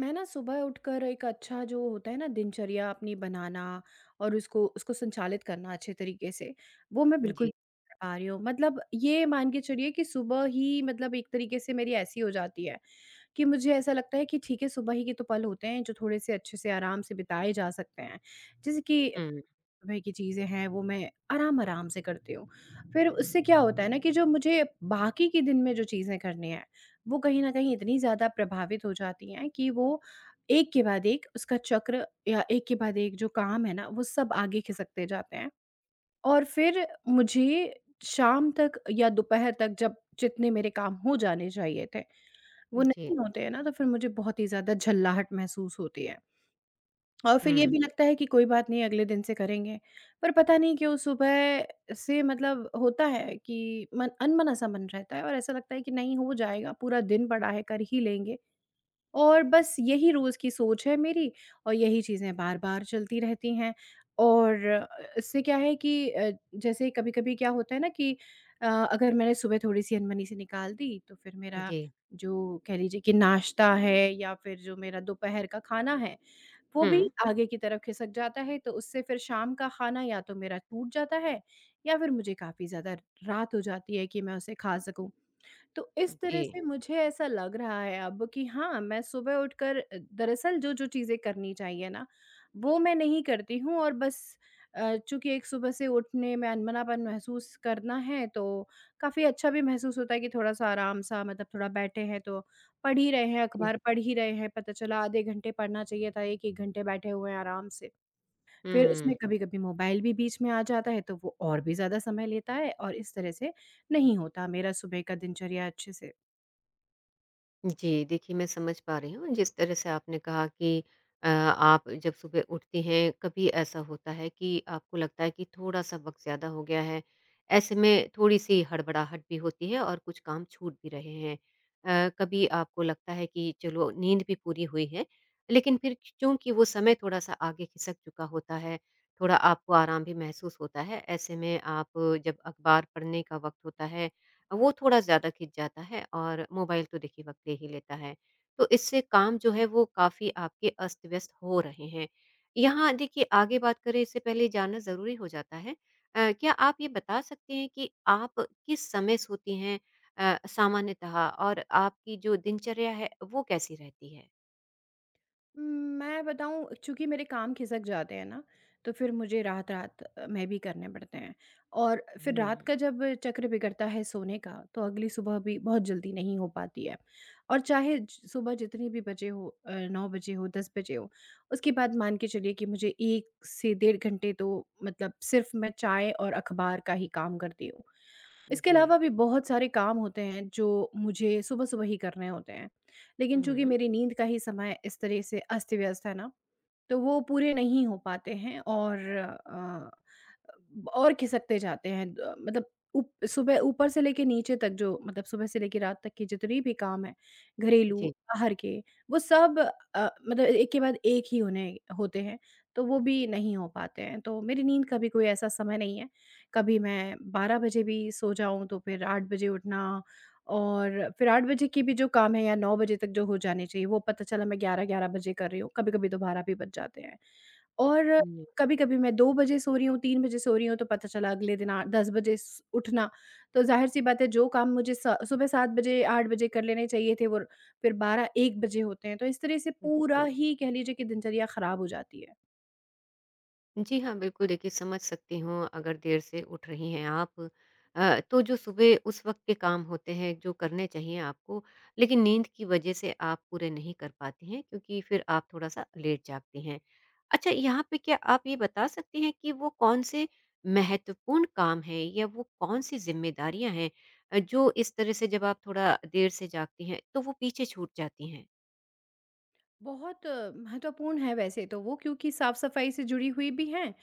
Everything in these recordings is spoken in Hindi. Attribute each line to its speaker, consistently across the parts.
Speaker 1: मैं ना सुबह उठकर एक अच्छा जो होता है ना दिनचर्या अपनी बनाना और उसको उसको संचालित करना अच्छे तरीके से वो मैं बिल्कुल
Speaker 2: जी,
Speaker 1: नहीं कर पा रही हूँ। मतलब ये मान के चलिए कि सुबह ही मतलब एक तरीके से मेरी ऐसी हो जाती है कि मुझे ऐसा लगता है कि ठीक है, सुबह ही के तो पल होते हैं जो थोड़े से अच्छे से आराम से बिताए जा सकते हैं, जैसे कि
Speaker 2: हुँ,
Speaker 1: सुबह की चीज़ें हैं, वो मैं आराम-आराम से करती हूँ। फिर उससे क्या होता है ना कि जो मुझे बाकी के दिन में जो चीज़ें करनी हैं, वो कहीं न कहीं इतनी ज़्यादा प्रभावित हो जाती हैं कि वो एक के बाद एक उसका चक्र या एक के बाद एक जो काम है ना वो सब आगे खिसकते जाते हैं। और फिर मुझे शाम तक या दोपहर तक जब जितने मेरे काम हो जाने चाहिए थे, वो
Speaker 2: जी,
Speaker 1: नहीं होते हैं ना, तो फिर मुझे बहुत ही ज़्यादा झल्लाहट महसूस होती है। और फिर ये
Speaker 2: हुँ,
Speaker 1: भी लगता है कि कोई बात नहीं, अगले दिन से करेंगे। पर पता नहीं क्यों सुबह से मतलब होता है कि मन अनबना-सा मन रहता है और ऐसा लगता है कि नहीं, हो जाएगा, पूरा दिन पड़ा है, कर ही लेंगे। और बस यही रोज़ की सोच है मेरी और यही चीज़ें बार-बार चलती रहती हैं। और अ, इससे क्या है कि जैसे कभी-कभी क्या होता है ना कि अगर मैंने सुबह थोड़ी-सी अनबनी से निकाल दी तो फिर मेरा
Speaker 2: जी,
Speaker 1: जो कह लीजिए कि नाश्ता है या फिर जो मेरा दोपहर का खाना है, वो भी
Speaker 2: हुँ,
Speaker 1: आगे की तरफ खिसक जाता है, तो उससे फिर शाम का खाना या तो मेरा टूट जाता है या फिर मुझे काफ़ी ज़्यादा रात हो जाती है कि मैं उसे खा सकूँ। तो इस तरह
Speaker 2: जी,
Speaker 1: से मुझे ऐसा लग रहा है अब कि हाँ, मैं सुबह उठकर दरअसल जो-जो चीज़ें करनी चाहिए ना, वो मैं नहीं करती हूँ। और बस चूँकि एक सुबह से उठने में अनबनापन महसूस करना है, तो काफ़ी अच्छा भी महसूस होता है कि थोड़ा-सा आराम-सा मतलब थोड़ा बैठे हैं तो पढ़ ही रहे हैं,
Speaker 2: जी,
Speaker 1: अखबार पढ़ ही रहे हैं, पता चला आधे घंटे पढ़ना चाहिए था, 1-1 घंटे बैठे हुए हैं आराम से। फिर उसमें
Speaker 2: हुँ।
Speaker 1: कभी-कभी मोबाइल भी बीच में आ जाता है, तो वो और भी ज़्यादा समय लेता है और इस तरह से नहीं होता मेरा सुबह का दिनचर्या अच्छे से।
Speaker 2: जी, देखिए मैं समझ पा रही हूँ जिस तरह से आपने कहा कि आप जब सुबह उठती हैं कभी ऐसा होता है कि आपको लगता है कि थोड़ा-सा वक़्त ज़्यादा हो गया है। ऐसे में थोड़ी-सी हड़बड़ाहट भी होती है और कुछ काम छूट भी रहे हैं। कभी आपको लगता है कि चलो नींद भी पूरी हुई है, लेकिन फिर चूँकि वो समय थोड़ा-सा आगे खिसक चुका होता है, थोड़ा आपको आराम भी महसूस होता है। ऐसे में आप जब अखबार पढ़ने का वक़्त होता है वो थोड़ा ज़्यादा खिंच जाता है और मोबाइल तो देखिए वक्त ले ही लेता है। तो इससे काम जो है वो काफ़ी आपके अस्त-व्यस्त हो रहे हैं। यहाँ देखिए आगे बात करें इससे पहले ये जानना ज़रूरी हो जाता है। क्या आप ये बता सकते हैं कि आप किस समय सोती हैं सामान्यतः और आपकी जो दिनचर्या है वो कैसी रहती है?
Speaker 1: मैं बताऊँ, चूँकि मेरे काम खिसक जाते हैं ना, तो फिर मुझे रात-रात में भी करने पड़ते हैं और फिर
Speaker 2: हुँ,
Speaker 1: रात का जब चक्र बिगड़ता है सोने का, तो अगली सुबह भी बहुत जल्दी नहीं हो पाती है। और चाहे ज सुबह जितनी भी बजे हो 9 बजे हो, 10 बजे हो, उसके बाद मान के चलिए कि मुझे 1 से डेढ़ घंटे तो मतलब सिर्फ़ मैं चाय और अखबार का ही काम करती हूँ। इसके
Speaker 2: जी।
Speaker 1: अलावा भी बहुत सारे काम होते हैं जो मुझे सुबह-सुबह ही करने होते हैं। लेकिन चूँकि
Speaker 2: हुँ,
Speaker 1: मेरी नींद का ही समय इस तरह से अस्त-व्यस्त है ना, तो वो पूरे नहीं हो पाते हैं और खिसकते जाते हैं। मतलब उप सुबह ऊपर से लेके नीचे तक जो मतलब सुबह से लेके रात तक के जितने भी काम हैं, घरेलू,
Speaker 2: जी।
Speaker 1: बाहर के, वो सब मतलब एक के बाद एक ही होने होते हैं, तो वो भी नहीं हो पाते हैं। तो मेरी नींद का भी कोई ऐसा समय नहीं है, कभी मैं 12 बजे भी सो जाऊँ तो फिर 8 बजे उठना और फिर 8 बजे के भी जो काम है या 9 बजे तक जो हो जाने चाहिए, वो पता चला मैं 11-11 बजे कर रही हूँ, कभी-कभी तो 12 भी बज जाते हैं। और
Speaker 2: हुँ,
Speaker 1: कभी-कभी मैं 2 बजे सो रही हूँ, 3 बजे सो रही हूँ, तो पता चला अगले दिन आ 10 बजे स उठना, तो ज़ाहिर-सी बात है जो काम मुझे स सुबह 7 बजे, 8 बजे कर लेने चाहिए थे, वो फिर 12-1 बजे होते हैं, तो इस तरह से पूरा
Speaker 2: बिल्कुल।
Speaker 1: ही कह लीजिए कि दिनचर्या खराब हो जाती है।
Speaker 2: जी हाँ, बिल्कुल देखिए समझ सकती हूँ अगर देर से उठ रही हैं आप। तो जो सुबह उस वक़्त के काम होते हैं जो करने चाहिए आपको, लेकिन नींद की वजह से आप पूरे नहीं कर पाती हैं क्योंकि फिर आप थोड़ा-सा लेट जागती हैं। अच्छा यहाँ पे क्या आप ये बता सकती हैं कि वो कौन से महत्वपूर्ण काम हैं या वो कौन सी ज़िम्मेदारियाँ हैं जो इस तरह से जब आप थोड़ा देर से जागती हैं तो वो पीछे छूट जाती हैं?
Speaker 1: बहुत महत्वपूर्ण है वैसे तो वो, क्योंकि साफ-सफाई से जुड़ी हुई भी हैं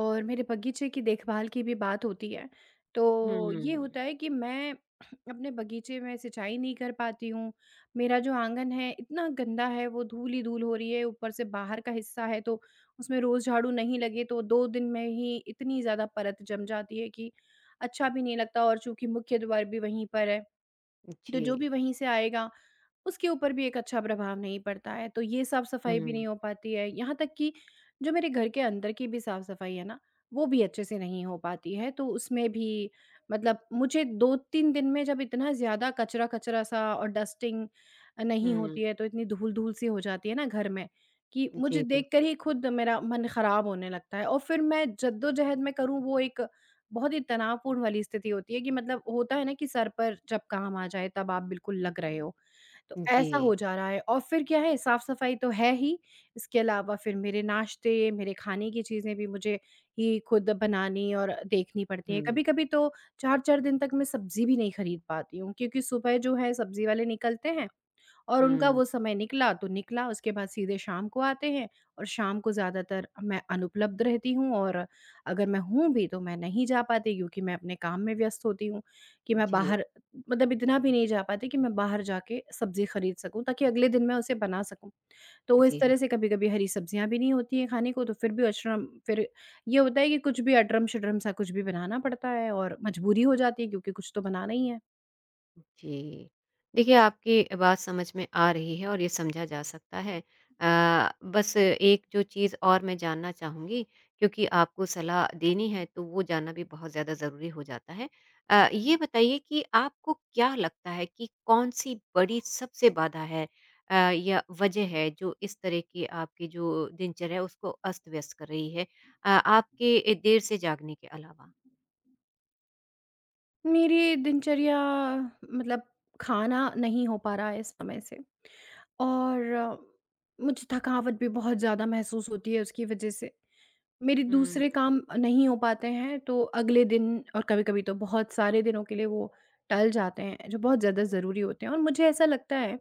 Speaker 1: और मेरे बगीचे की देखभाल की भी बात होती है। तो ये
Speaker 2: हुँ,
Speaker 1: होता है कि मैं अपने बगीचे में सिंचाई नहीं कर पाती हूँ। मेरा जो आँगन है इतना गंदा है, वो धूल ही धूल हो रही है, ऊपर से बाहर का हिस्सा है तो उसमें रोज़ झाड़ू नहीं लगे तो 2 दिन में ही इतनी ज़्यादा परत जम जाती है कि अच्छा भी नहीं लगता, और चूँकि मुख्य द्वार भी वहीं पर है, तो
Speaker 2: जी।
Speaker 1: जो भी वहीं से आएगा उसके ऊपर भी एक अच्छा प्रभाव नहीं पड़ता है, तो ये साफ-सफाई भी
Speaker 2: हुँ,
Speaker 1: नहीं हो पाती है। यहाँ तक कि जो मेरे घर के अंदर की भी साफ-सफाई है ना, वो भी अच्छे से नहीं हो पाती है, तो उसमें भी मतलब मुझे 2-3 दिन में जब इतना ज़्यादा कचरा-कचरा सा और डस्टिंग नहीं
Speaker 2: हुँ।
Speaker 1: होती है, तो इतनी धूल-धूल सी हो जाती है ना घर में, कि मुझे
Speaker 2: जी,
Speaker 1: देखकर
Speaker 2: बिल्कुल।
Speaker 1: ही खुद मेरा मन ख़राब होने लगता है और फिर मैं जद्दोजहद में करूँ, वो एक बहुत ही तनावपूर्ण वाली स्थिति होती है। कि मतलब होता है ना कि सर पर जब काम आ जाए, तब आप बिल्कुल लग रहे हो। तो ऐसा
Speaker 2: जी।
Speaker 1: हो जा रहा है और फिर क्या है, साफ-सफाई तो है ही, इसके अलावा फिर मेरे नाश्ते, मेरे खाने की चीज़ें भी मुझे ही खुद बनानी और देखनी पड़ती हैं।
Speaker 2: हुँ,
Speaker 1: कभी-कभी तो 4-4 दिन तक मैं सब्ज़ी भी नहीं खरीद पाती हूँ, क्योंकि सुबह जो है सब्ज़ी वाले निकलते हैं और उनका
Speaker 2: हुँ।
Speaker 1: वो समय निकला तो निकला, उसके बाद सीधे शाम को आते हैं। और शाम को ज़्यादातर मैं अनुपलब्ध रहती हूँ और अगर मैं हूँ भी तो मैं नहीं जा पाती, क्योंकि मैं अपने काम में व्यस्त होती हूँ कि मैं
Speaker 2: जी,
Speaker 1: बाहर मतलब इतना भी नहीं जा पाती कि मैं बाहर जाके सब्ज़ी खरीद सकूँ ताकि अगले दिन मैं उसे बना सकूँ। तो वो इस
Speaker 2: जी हाँ,
Speaker 1: तरह से कभी-कभी हरी सब्ज़ियाँ भी नहीं होती हैं खाने को, तो फिर भी अशरम फिर ये होता है कि कुछ भी अटरम-शटरम सा कुछ भी बनाना पड़ता है और मजबूरी हो जाती है, क्योंकि कुछ तो बनाना ही है।
Speaker 2: जी। देखिए, आपकी बात समझ में आ रही है और ये समझा जा सकता है। बस एक जो चीज़ और मैं जानना चाहूँगी क्योंकि आपको सलाह देनी है तो वो जानना भी बहुत ज़्यादा ज़रूरी हो जाता है। ये बताइए कि आपको क्या लगता है कि कौन-सी बड़ी सबसे बाधा है या वजह है जो इस तरह की आपकी जो दिनचर्या है उसको अस्त-व्यस्त कर रही है? आपके देर से जागने के अलावा?
Speaker 1: मेरी दिनचर्या मतलब खाना नहीं हो पा रहा है समय से और अ, मुझे थकावट भी बहुत ज़्यादा महसूस होती है उसकी वजह से। मेरे
Speaker 2: हुँ,
Speaker 1: दूसरे काम नहीं हो पाते हैं तो अगले दिन और कभी-कभी तो बहुत सारे दिनों के लिए वो टल जाते हैं, जो बहुत ज़्यादा ज़रूरी होते हैं, और मुझे ऐसा लगता है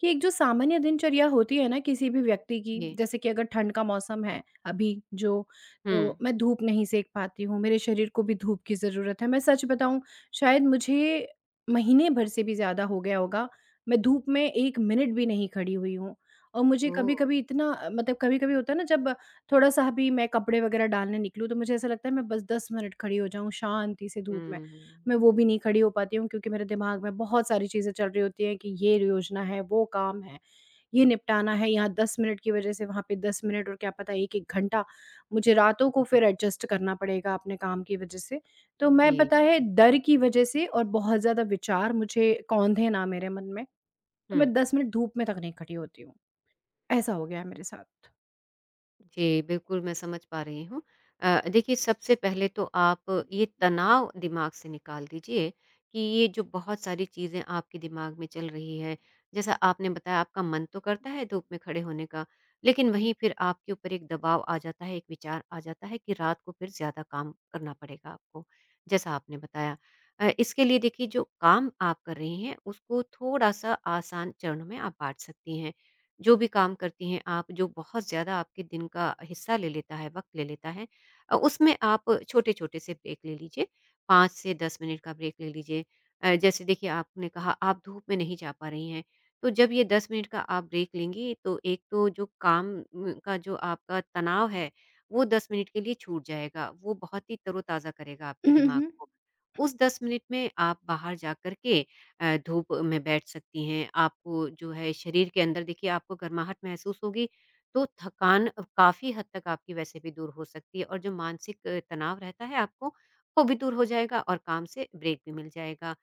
Speaker 1: कि एक जो सामान्य दिनचर्या होती है ना किसी भी व्यक्ति की,
Speaker 2: जी।
Speaker 1: जैसे कि अगर ठंड का मौसम है अभी जो,
Speaker 2: हुँ।
Speaker 1: तो मैं धूप नहीं सेक पाती हूँ, मेरे शरीर को भी धूप की ज़रूरत है। मैं सच बताऊँ, शायद मुझे महीने भर से भी ज़्यादा हो गया होगा, मैं धूप में 1 मिनट भी नहीं खड़ी हुई हूँ। और मुझे
Speaker 2: ओह!
Speaker 1: कभी-कभी इतना मतलब कभी-कभी होता है ना जब थोड़ा-सा भी मैं कपड़े वगैरह डालने निकलूँ तो मुझे ऐसा लगता है मैं बस 10 मिनट खड़ी हो जाऊँ शांति से धूप में।
Speaker 2: हुँ।
Speaker 1: मैं वो भी नहीं खड़ी हो पाती हूँ, क्योंकि मेरे दिमाग में बहुत सारी चीज़ें चल रही होती हैं कि ये योजना है, वो काम है, ये निपटाना है, यहाँ 10 मिनट की वजह से वहाँ पे 10 मिनट और क्या पता 1-1 घंटा मुझे रातों को फिर एडजस्ट करना पड़ेगा अपने काम की वजह से। तो मैं
Speaker 2: जी।
Speaker 1: पता है डर की वजह से और बहुत ज़्यादा विचार मुझे कौंधे ना मेरे मन में, तो
Speaker 2: हुँ।
Speaker 1: मैं 10 मिनट धूप में तक नहीं खड़ी होती हूँ। ऐसा हो गया है मेरे साथ।
Speaker 2: जी, बिल्कुल मैं समझ पा रही हूँ। देखिए सबसे पहले तो आप ये तनाव दिमाग से निकाल दीजिए कि ये जो बहुत सारी चीज़ें आपके दिमाग में चल रही हैं, जैसा आपने बताया आपका मन तो करता है धूप में खड़े होने का, लेकिन वहीं फिर आपके ऊपर एक दबाव आ जाता है, एक विचार आ जाता है कि रात को फिर ज़्यादा काम करना पड़ेगा आपको, जैसा आपने बताया। इसके लिए देखिए जो काम आप कर रही हैं उसको थोड़ा-सा आसान चरणों में आप बाँट सकती हैं। जो भी काम करती हैं आप, जो बहुत ज़्यादा आपके दिन का हिस्सा ले लेता है, वक़्त ले लेता है उसमें आप छोटे-छोटे से ब्रेक ले लीजिए, 5 से 10 मिनट का ब्रेक ले लीजिए। जैसे देखिए आपने कहा आप धूप में नहीं जा पा रही हैं, तो जब ये 10 मिनट का आप ब्रेक लेंगी तो एक तो जो काम का जो आपका तनाव है, वो 10 मिनट के लिए छूट जाएगा, वो बहुत ही तरोताज़ा करेगा आपके
Speaker 1: हुँ,
Speaker 2: दिमाग
Speaker 1: हुँ।
Speaker 2: को। उस 10 मिनट में आप बाहर जा कर के धूप में बैठ सकती हैं, आपको जो है शरीर के अंदर देखिए आपको गर्माहट महसूस होगी, तो थकान काफ़ी हद तक आपकी वैसे भी दूर हो सकती है और जो मानसिक तनाव रहता है आपको, वो भी दूर हो जाएगा और काम से ब्रेक भी मिल जाएगा।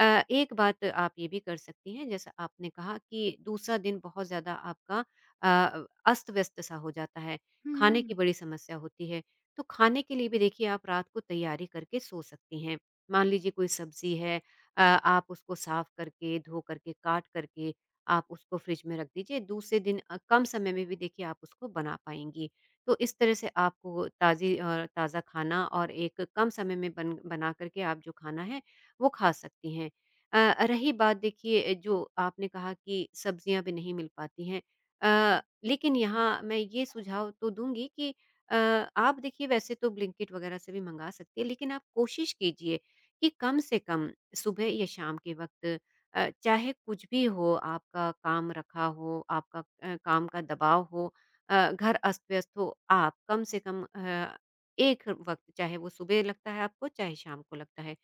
Speaker 2: एक बात आप ये भी कर सकती हैं जैसा आपने कहा कि दूसरा दिन बहुत ज़्यादा आपका अ, अस्त-व्यस्त सा हो जाता है, खाने की
Speaker 1: हुँ,
Speaker 2: बड़ी समस्या होती है, तो खाने के लिए भी देखिए आप रात को तैयारी करके सो सकती हैं। मान लीजिए कोई सब्ज़ी है, आप उसको साफ करके, धो करके, काट करके आप उसको फ्रिज में रख दीजिए। दूसरे दिन कम समय में भी देखिए आप उसको बना पाएँगी। तो इस तरह से आपको ताज़ा खाना और एक कम समय में बन बना कर के आप जो खाना है, वो खा सकती हैं। रही बात देखिए जो आपने कहा कि सब्जियाँ भी नहीं मिल पाती हैं। लेकिन यहाँ मैं ये सुझाव तो दूँगी कि अ, आप देखिए वैसे तो ब्लिंकिट वगैरह से भी मँगा सकती हैं, लेकिन आप कोशिश कीजिए कि कम से कम सुबह या शाम के वक़्त चाहे कुछ भी हो, आपका काम रखा हो, आपका काम का दबाव हो, घर अस्त-व्यस्त हो, आप कम से कम एक वक़्त चाहे वो सुबह लगता है आपको, चाहे शाम को लगता है,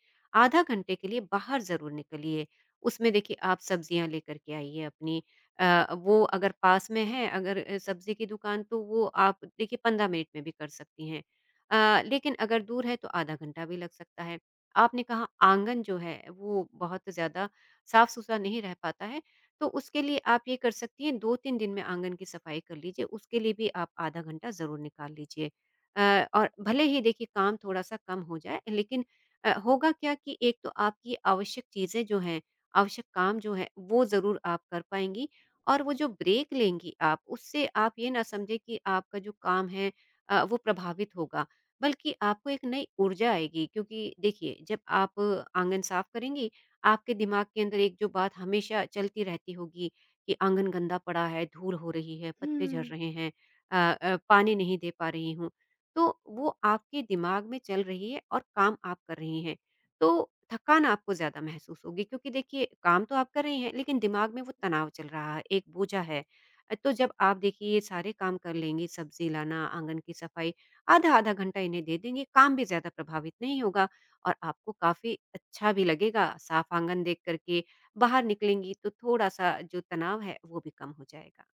Speaker 2: आधा घंटे के लिए बाहर ज़रूर निकलिए। उसमें देखिए आप सब्जियाँ लेकर के आइए अपनी, वो अगर पास में है अगर सब्ज़ी की दुकान तो वो आप देखिए 15 मिनट में भी कर सकती हैं। लेकिन अगर दूर है तो आधा घंटा भी लग सकता है। आपने कहा आंगन जो है वो बहुत ज़्यादा साफ-सुथरा नहीं रह पाता है, तो उसके लिए आप ये कर सकती हैं 2-3 दिन में आंगन की सफाई कर लीजिए, उसके लिए भी आप आधा घंटा ज़रूर निकाल लीजिए। और भले ही देखिए काम थोड़ा-सा कम हो जाए लेकिन होगा क्या कि एक तो आपकी आवश्यक चीज़ें जो हैं, आवश्यक काम जो है वो ज़रूर आप कर पाएँगी और वो जो ब्रेक लेंगी आप, उससे आप ये ना समझें कि आपका जो काम है वो प्रभावित होगा। बल्कि आपको एक नई ऊर्जा आएगी क्योंकि देखिए जब आप आंगन साफ करेंगी, आपके दिमाग के अंदर एक जो बात हमेशा चलती रहती होगी कि आंगन गंदा पड़ा है, धूल हो रही है, पत्ते झड़
Speaker 1: हुँ,
Speaker 2: रहे हैं, पानी नहीं दे पा रही हूँ, तो वो आपके दिमाग में चल रही है और काम आप कर रही हैं। तो थकान आपको ज़्यादा महसूस होगी क्योंकि देखिए काम तो आप कर रही हैं, लेकिन दिमाग में वो तनाव चल रहा है, एक बोझा है। तो जब आप देखिए ये सारे काम कर लेंगी, सब्ज़ी लाना, आंगन की सफाई, आधा-आधा घंटा इन्हें दे देंगे, काम भी ज़्यादा प्रभावित नहीं होगा और आपको काफ़ी अच्छा भी लगेगा, साफ आंगन देख कर के, बाहर निकलेंगी तो थोड़ा-सा जो तनाव है वो भी कम हो जाएगा।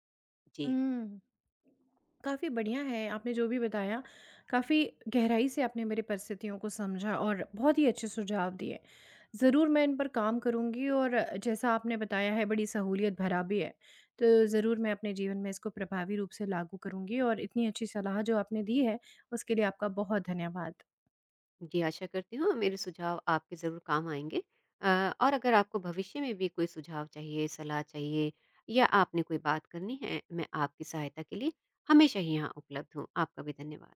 Speaker 2: जी।
Speaker 1: हुँ। काफ़ी बढ़िया है, आपने जो भी बताया, काफ़ी गहराई से आपने मेरी परिस्थितियों को समझा और बहुत ही अच्छे सुझाव दिए। ज़रूर मैं इन पर काम करूँगी और जैसा आपने बताया है बड़ी सहूलियत भरा भी है। तो ज़रूर मैं अपने जीवन में इसको प्रभावी रूप से लागू करूँगी और इतनी अच्छी सलाह जो आपने दी है, उसके लिए आपका बहुत धन्यवाद।
Speaker 2: जी, आशा करती हूँ मेरे सुझाव आपके ज़रूर काम आएँगे। अ, और अगर आपको भविष्य में भी कोई सुझाव चाहिए, सलाह चाहिए या आपने कोई बात करनी है, मैं आपकी सहायता के लिए हमेशा ही यहाँ उपलब्ध हूँ। आपका भी धन्यवाद।